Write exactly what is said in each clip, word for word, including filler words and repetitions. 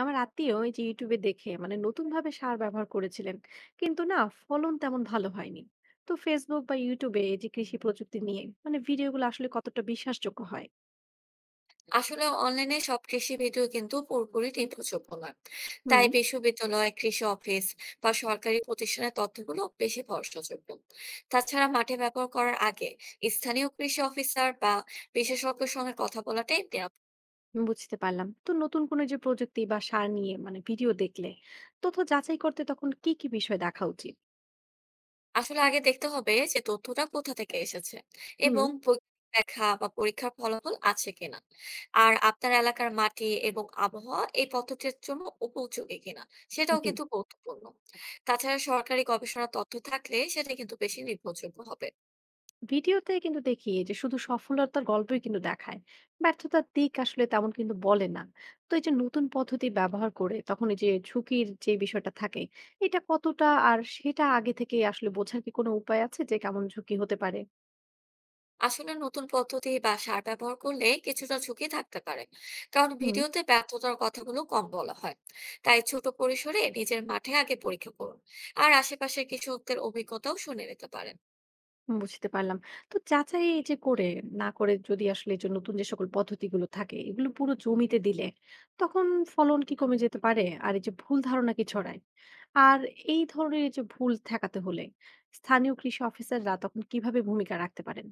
আমার আত্মীয় এই যে ইউটিউবে দেখে মানে নতুন ভাবে সার ব্যবহার করেছিলেন কিন্তু না, ফলন তেমন ভালো হয়নি। তো ফেসবুক বা ইউটিউবে এই যে কৃষি প্রযুক্তি নিয়ে মানে ভিডিওগুলো আসলে কতটা বিশ্বাসযোগ্য হয়? আসলে অনলাইনে সব কৃষি ভিডিও কিন্তু পুরোপুরি নির্ভরযোগ্য নয়। হুম। তাই বিশ্ববিদ্যালয় কৃষি অফিস বা সরকারি প্রতিষ্ঠানের তথ্যগুলো বেশি ভরসাযোগ্য। তাছাড়া মাঠে ব্যবহার করার আগে স্থানীয় কৃষি অফিসার বা বিশেষজ্ঞের সঙ্গে কথা বলাটাই নিরাপদ। বুঝতে পারলাম। তো নতুন কোনো যে প্রযুক্তি বা সার নিয়ে মানে ভিডিও দেখলে তথ্য যাচাই করতে তখন কি কি বিষয় দেখা উচিত? আসলে আগে দেখতে হবে যে তথ্যটা কোথা থেকে এসেছে হুম। এবং বৈজ্ঞানিক ব্যাখ্যা বা পরীক্ষার ফলাফল আছে কিনা। আর আপনার এলাকার মাটি এবং আবহাওয়া এই পদ্ধতির জন্য উপযোগী কিনা সেটাও জি। কিন্তু গুরুত্বপূর্ণ। তাছাড়া সরকারি গবেষণার তথ্য থাকলে সেটা কিন্তু বেশি নির্ভরযোগ্য হবে। ভিডিওতে কিন্তু দেখি যে শুধু সফলতার গল্পই কিন্তু দেখায়, ব্যর্থতার দিক আসলে তেমন কিন্তু বলে না। তো এই যে নতুন পদ্ধতি ব্যবহার করে তখন এই যে ঝুঁকির যে বিষয়টা থাকে, এটা কতটা, আর সেটা আগে থেকে আসলে বোঝার কি কোনো উপায় আছে যে কেমন ঝুঁকি হতে পারে? আসলে নতুন পদ্ধতি বা সার ব্যবহার করলে কিছুটা ঝুঁকি থাকতে পারে, কারণ ভিডিওতে ব্যর্থতার কথাগুলো কম বলা হয়। তাই ছোট পরিসরে নিজের মাঠে আগে পরীক্ষা করুন, আর আশেপাশের কৃষকদের অভিজ্ঞতাও শুনে নিতে পারেন। বুঝতে পারলাম। তো যাচাই এই যে করে, না করে যদি আসলে এই যে নতুন যে সকল পদ্ধতিগুলো থাকে, এগুলো পুরো জমিতে দিলে তখন ফলন কি কমে যেতে পারে? আর এই যে ভুল ধারণা কি ছড়ায়? আর এই ধরনের এই যে ভুল ঠেকাতে হলে স্থানীয় কৃষি অফিসাররা তখন কিভাবে ভূমিকা রাখতে পারেন?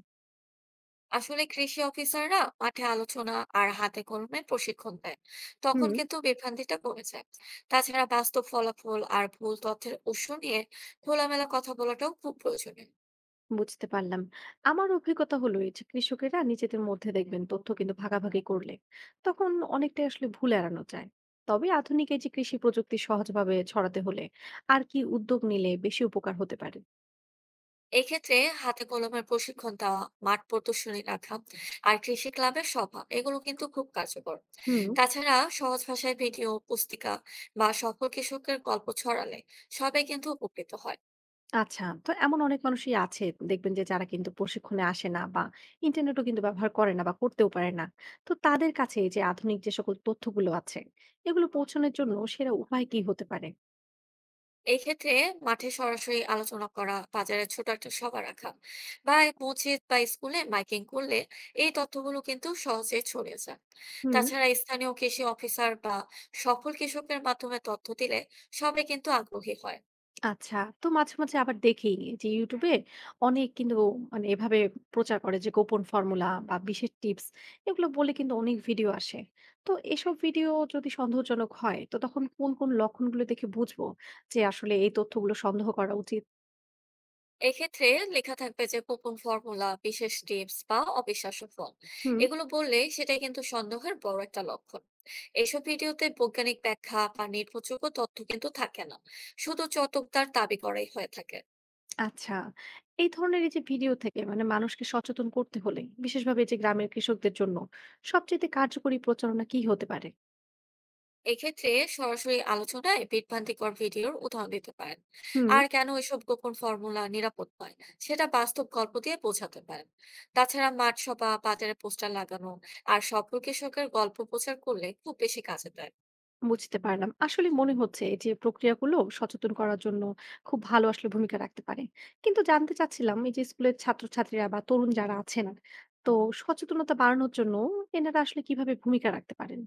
আসলে কৃষি অফিসাররা মাঠে আলোচনা আর হাতে কলমে প্রশিক্ষণ দেয়, তখন হুম। কিন্তু বিভ্রান্তিটা কমে যায়। তাছাড়া বাস্তব ফলাফল আর ভুল তথ্যের উৎস নিয়ে খোলামেলা কথা বলাটাও খুব প্রয়োজনীয়। বুঝতে পারলাম। আমার অভিজ্ঞতা হলো এই যে কৃষকেরা নিজেদের মধ্যে দেখবেন তথ্য কিন্তু ভাগাভাগি করলে তখন অনেকটাই আসলে ভুল এড়ানো যায়। তবে আধুনিক এই যে কৃষি প্রযুক্তি সহজভাবে ছড়াতে হলে আর কি উদ্যোগ নিলে বেশি উপকার হতে পারে? এক্ষেত্রে হাতে কলমের প্রশিক্ষণ দেওয়া, মাঠ প্রদর্শনী রাখা, আর কৃষি ক্লাবের সভা, এগুলো কিন্তু খুব কার্যকর। হুম। তাছাড়া সহজ ভাষায় ভিডিও, পুস্তিকা বা সফল কৃষকের গল্প ছড়ালে সবাই কিন্তু উপকৃত হয়। আচ্ছা, তো এমন অনেক মানুষই আছে, দেখবেন যে যারা কিন্তু প্রশিক্ষণে আসে না বা ইন্টারনেটও কিন্তু ব্যবহার করে না বা করতেও পারে না। তো তাদের কাছে এই যে আধুনিক যে সকল তথ্যগুলো আছে, এগুলো পৌঁছানোর জন্য সেরা উপায় কি হতে পারে? এই ক্ষেত্রে মাঠে সরাসরি আলোচনা করা, বাজারে ছোট একটা সভা রাখা, বা এই মসজিদ বা স্কুলে মাইকিং করলে এই তথ্যগুলো কিন্তু সহজে ছড়িয়ে যায়। হুম। তাছাড়া স্থানীয় কৃষি অফিসার বা সফল কৃষকের মাধ্যমে তথ্য দিলে সবাই কিন্তু আগ্রহী হয়। আচ্ছা। তো মাঝে, মাঝে আবার দেখি যে YouTube এ অনেক কিন্তু মানে এভাবে প্রচার করে যে গোপন ফর্মুলা বা বিশেষ টিপস, এগুলো বলে কিন্তু অনেক ভিডিও আসে। তো এসব ভিডিও যদি সন্দেহজনক হয় তো তখন কোন, কোন লক্ষণগুলো দেখে বুঝবো যে আসলে এই তথ্যগুলো সন্দেহ করা উচিত? এক্ষেত্রে লেখা থাকবে যে গোপন ফর্মুলা, বিশেষ টিপস বা অবিশ্বাস্য ফল, হুম। এগুলো বললে সেটাই কিন্তু সন্দেহের বড় একটা লক্ষণ। এইসব ভিডিওতে বৈজ্ঞানিক ব্যাখ্যা বা নির্ভরযোগ্য তথ্য কিন্তু থাকে না, শুধু চটকদার দাবি করাই হয়ে থাকে। আচ্ছা। এই ধরনের এই যে ভিডিও থেকে মানে মানুষকে সচেতন করতে হলে বিশেষভাবে এই যে গ্রামের কৃষকদের জন্য সবচাইতে কার্যকরী প্রচারণা কি হতে পারে? এক্ষেত্রে সরাসরি আলোচনায় বিভ্রান্তিকর ভিডিওর উদাহরণ দিতে পারেন। হুম। আর কেন এসব গোপন ফর্মুলা নিরাপদ নয় সেটা বাস্তব গল্প দিয়ে বোঝাতে পারেন। তাছাড়া মাঠ সভা, বাজারে পোস্টার লাগানো আর সফল কৃষকের গল্প প্রচার করলে খুব বেশি কাজে দেয়। বুঝতে পারলাম। আসলে মনে হচ্ছে এই যে প্রক্রিয়াগুলো সচেতন করার জন্য খুব ভালো আসলে ভূমিকা রাখতে পারে। কিন্তু জানতে চাচ্ছিলাম এই যে স্কুলের ছাত্রছাত্রীরা বা তরুণ যারা আছেন, তো সচেতনতা বাড়ানোর জন্য এনারা আসলে কিভাবে ভূমিকা রাখতে পারেন?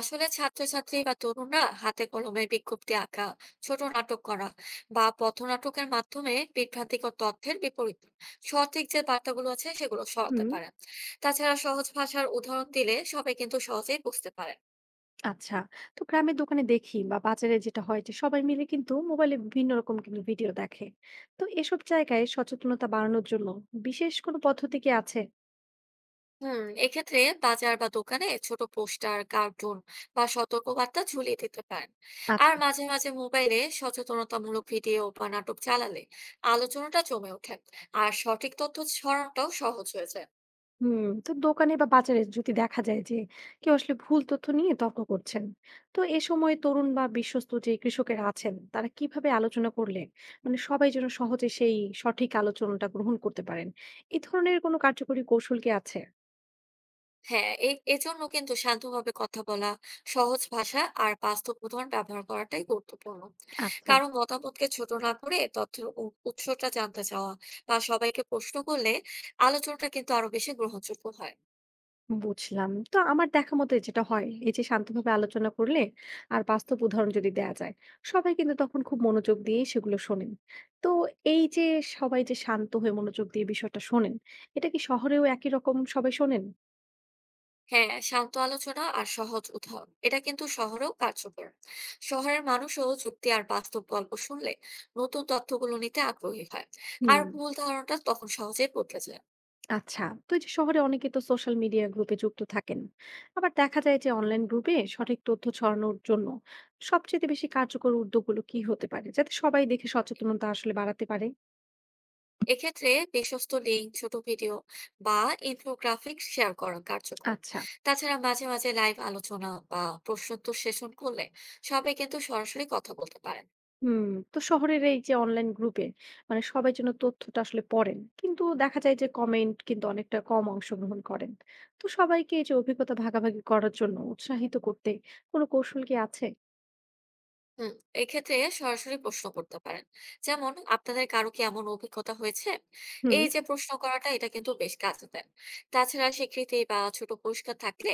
আসলে ছাত্রছাত্রী বা তরুণরা হাতে কলমে বিজ্ঞপ্তি আঁকা, ছোট নাটক করা বা পথনাটকের মাধ্যমে বিভ্রান্তিকর তথ্যের বিপরীত সঠিক যে বার্তাগুলো আছে সেগুলো সরাতে হুম। পারেন। তাছাড়া সহজ ভাষার উদাহরণ দিলে সবাই কিন্তু সহজেই বুঝতে পারে। আচ্ছা, তো গ্রামের দোকানে দেখি বা বাজারে যেটা হয় যে সবাই মিলে কিন্তু মোবাইলে বিভিন্ন রকম কিন্তু ভিডিও দেখে। তো এসব জায়গায় সচেতনতা বাড়ানোর জন্য বিশেষ কোনো পদ্ধতি কি আছে? হুম, এক্ষেত্রে বাজার বা দোকানে ছোট পোস্টার, কার্টুন বা সতর্কবার্তা ঝুলিয়ে দিতে পারেন। আর আচ্ছা। মাঝে মাঝে মোবাইলে সচেতনতামূলক ভিডিও বা নাটক চালালে আলোচনাটা জমে ওঠে, আর সঠিক তথ্য ছড়ানোটাও সহজ হয়ে যায়। হুম। তো দোকানে বা বাজারে যদি দেখা যায় যে কেউ আসলে ভুল তথ্য নিয়ে তর্ক করছেন, তো এ সময় তরুণ বা বিশ্বস্ত যে কৃষকেরা আছেন তারা কিভাবে আলোচনা করলে মানে সবাই যেন সহজে সেই সঠিক আলোচনাটা গ্রহণ করতে পারেন, এই ধরনের কোনো কার্যকরী কৌশল কি আছে? হ্যাঁ, এই এজন্য কিন্তু শান্তভাবে কথা বলা, সহজ ভাষা আর বাস্তব উদাহরণ ব্যবহার করাটাই গুরুত্বপূর্ণ। আচ্ছা। কারো মতামতকে ছোট না করে তথ্যের উ- উৎসটা জানতে চাওয়া বা সবাইকে প্রশ্ন করলে আলোচনাটা কিন্তু আরো বেশি গ্রহণযোগ্য হয়। বুঝলাম। তো আমার দেখা মতোই যেটা হয়, এই যে শান্তভাবে আলোচনা করলে আর বাস্তব উদাহরণ যদি দেয়া যায়, সবাই কিন্তু তখন খুব মনোযোগ দিয়ে সেগুলো শোনেন। তো এই যে সবাই যে শান্ত হয়ে মনোযোগ দিয়ে বিষয়টা শোনেন, এটা কি শহরেও একই রকম সবাই শোনেন? হ্যাঁ, শান্ত আলোচনা আর সহজ উদাহরণ এটা কিন্তু শহরেও কার্যকর। শহরের মানুষও যুক্তি আর বাস্তব গল্প শুনলে নতুন তথ্যগুলো নিতে আগ্রহী হয়, আর হুম। ভুল ধারণাটা তখন সহজেই বদলে যায়। আচ্ছা। তো এই যে শহরে অনেকে তো সোশ্যাল মিডিয়া গ্রুপে যুক্ত থাকেন। আবার দেখা যায় যে অনলাইন গ্রুপে সঠিক তথ্য ছড়ানোর জন্য সবচেয়ে বেশি কার্যকর উদ্যোগগুলো কি হতে পারে? যাতে সবাই দেখে সচেতনতা আসলে বাড়াতে পারে? এক্ষেত্রে বিশ্বস্ত লিঙ্ক, ছোট ভিডিও বা ইনফোগ্রাফিক শেয়ার করা কার্যকর। আচ্ছা। তাছাড়া মাঝে মাঝে লাইভ আলোচনা বা প্রশ্নোত্তর সেশন করলে সবাই কিন্তু সরাসরি কথা বলতে পারে। হুম। তো শহরের এই যে অনলাইন গ্রুপে মানে সবাই যেন তথ্যটা আসলে পড়েন কিন্তু দেখা যায় যে কমেন্ট কিন্তু অনেকটা কম অংশগ্রহণ করেন। তো সবাইকে এই যে অভিজ্ঞতা ভাগাভাগি করার জন্য উৎসাহিত করতে কোনো কৌশল কি আছে? হুম, এক্ষেত্রে সরাসরি প্রশ্ন করতে পারেন, যেমন আপনাদের কারো কি এমন অভিজ্ঞতা হয়েছে। হুম। এই যে প্রশ্ন করাটা এটা কিন্তু বেশ কাজে দেয়। তাছাড়া স্বীকৃতি বা ছোট পুরস্কার থাকলে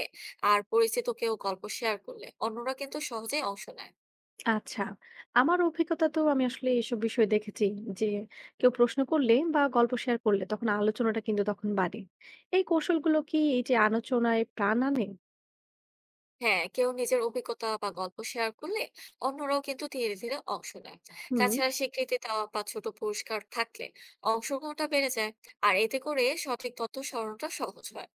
আর পরিচিত কেউ গল্প শেয়ার করলে অন্যরা কিন্তু সহজেই অংশ নেয়। আচ্ছা। আমার অভিজ্ঞতা, তো আমি আসলে এসব বিষয়ে দেখেছি যে কেউ প্রশ্ন করলে বা গল্প শেয়ার করলে তখন আলোচনাটা কিন্তু তখন বাড়ে। এই কৌশলগুলো কি এই যে আলোচনায় প্রাণ আনে? হ্যাঁ, কেউ নিজের অভিজ্ঞতা বা গল্প শেয়ার করলে অন্যরাও কিন্তু ধীরে ধীরে অংশ নেয়। হুম। তাছাড়া স্বীকৃতি দেওয়া বা ছোট পুরস্কার থাকলে অংশগ্রহণটা বেড়ে যায়, আর এতে করে সঠিক তথ্য স্মরণটা সহজ হয়।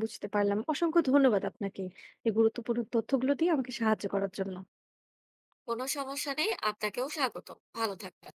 বুঝতে পারলাম, অসংখ্য ধন্যবাদ আপনাকে এই গুরুত্বপূর্ণ তথ্যগুলো দিয়ে আমাকে সাহায্য করার জন্য। কোনো সমস্যা নেই, আপনাকেও স্বাগত। ভালো থাকবেন।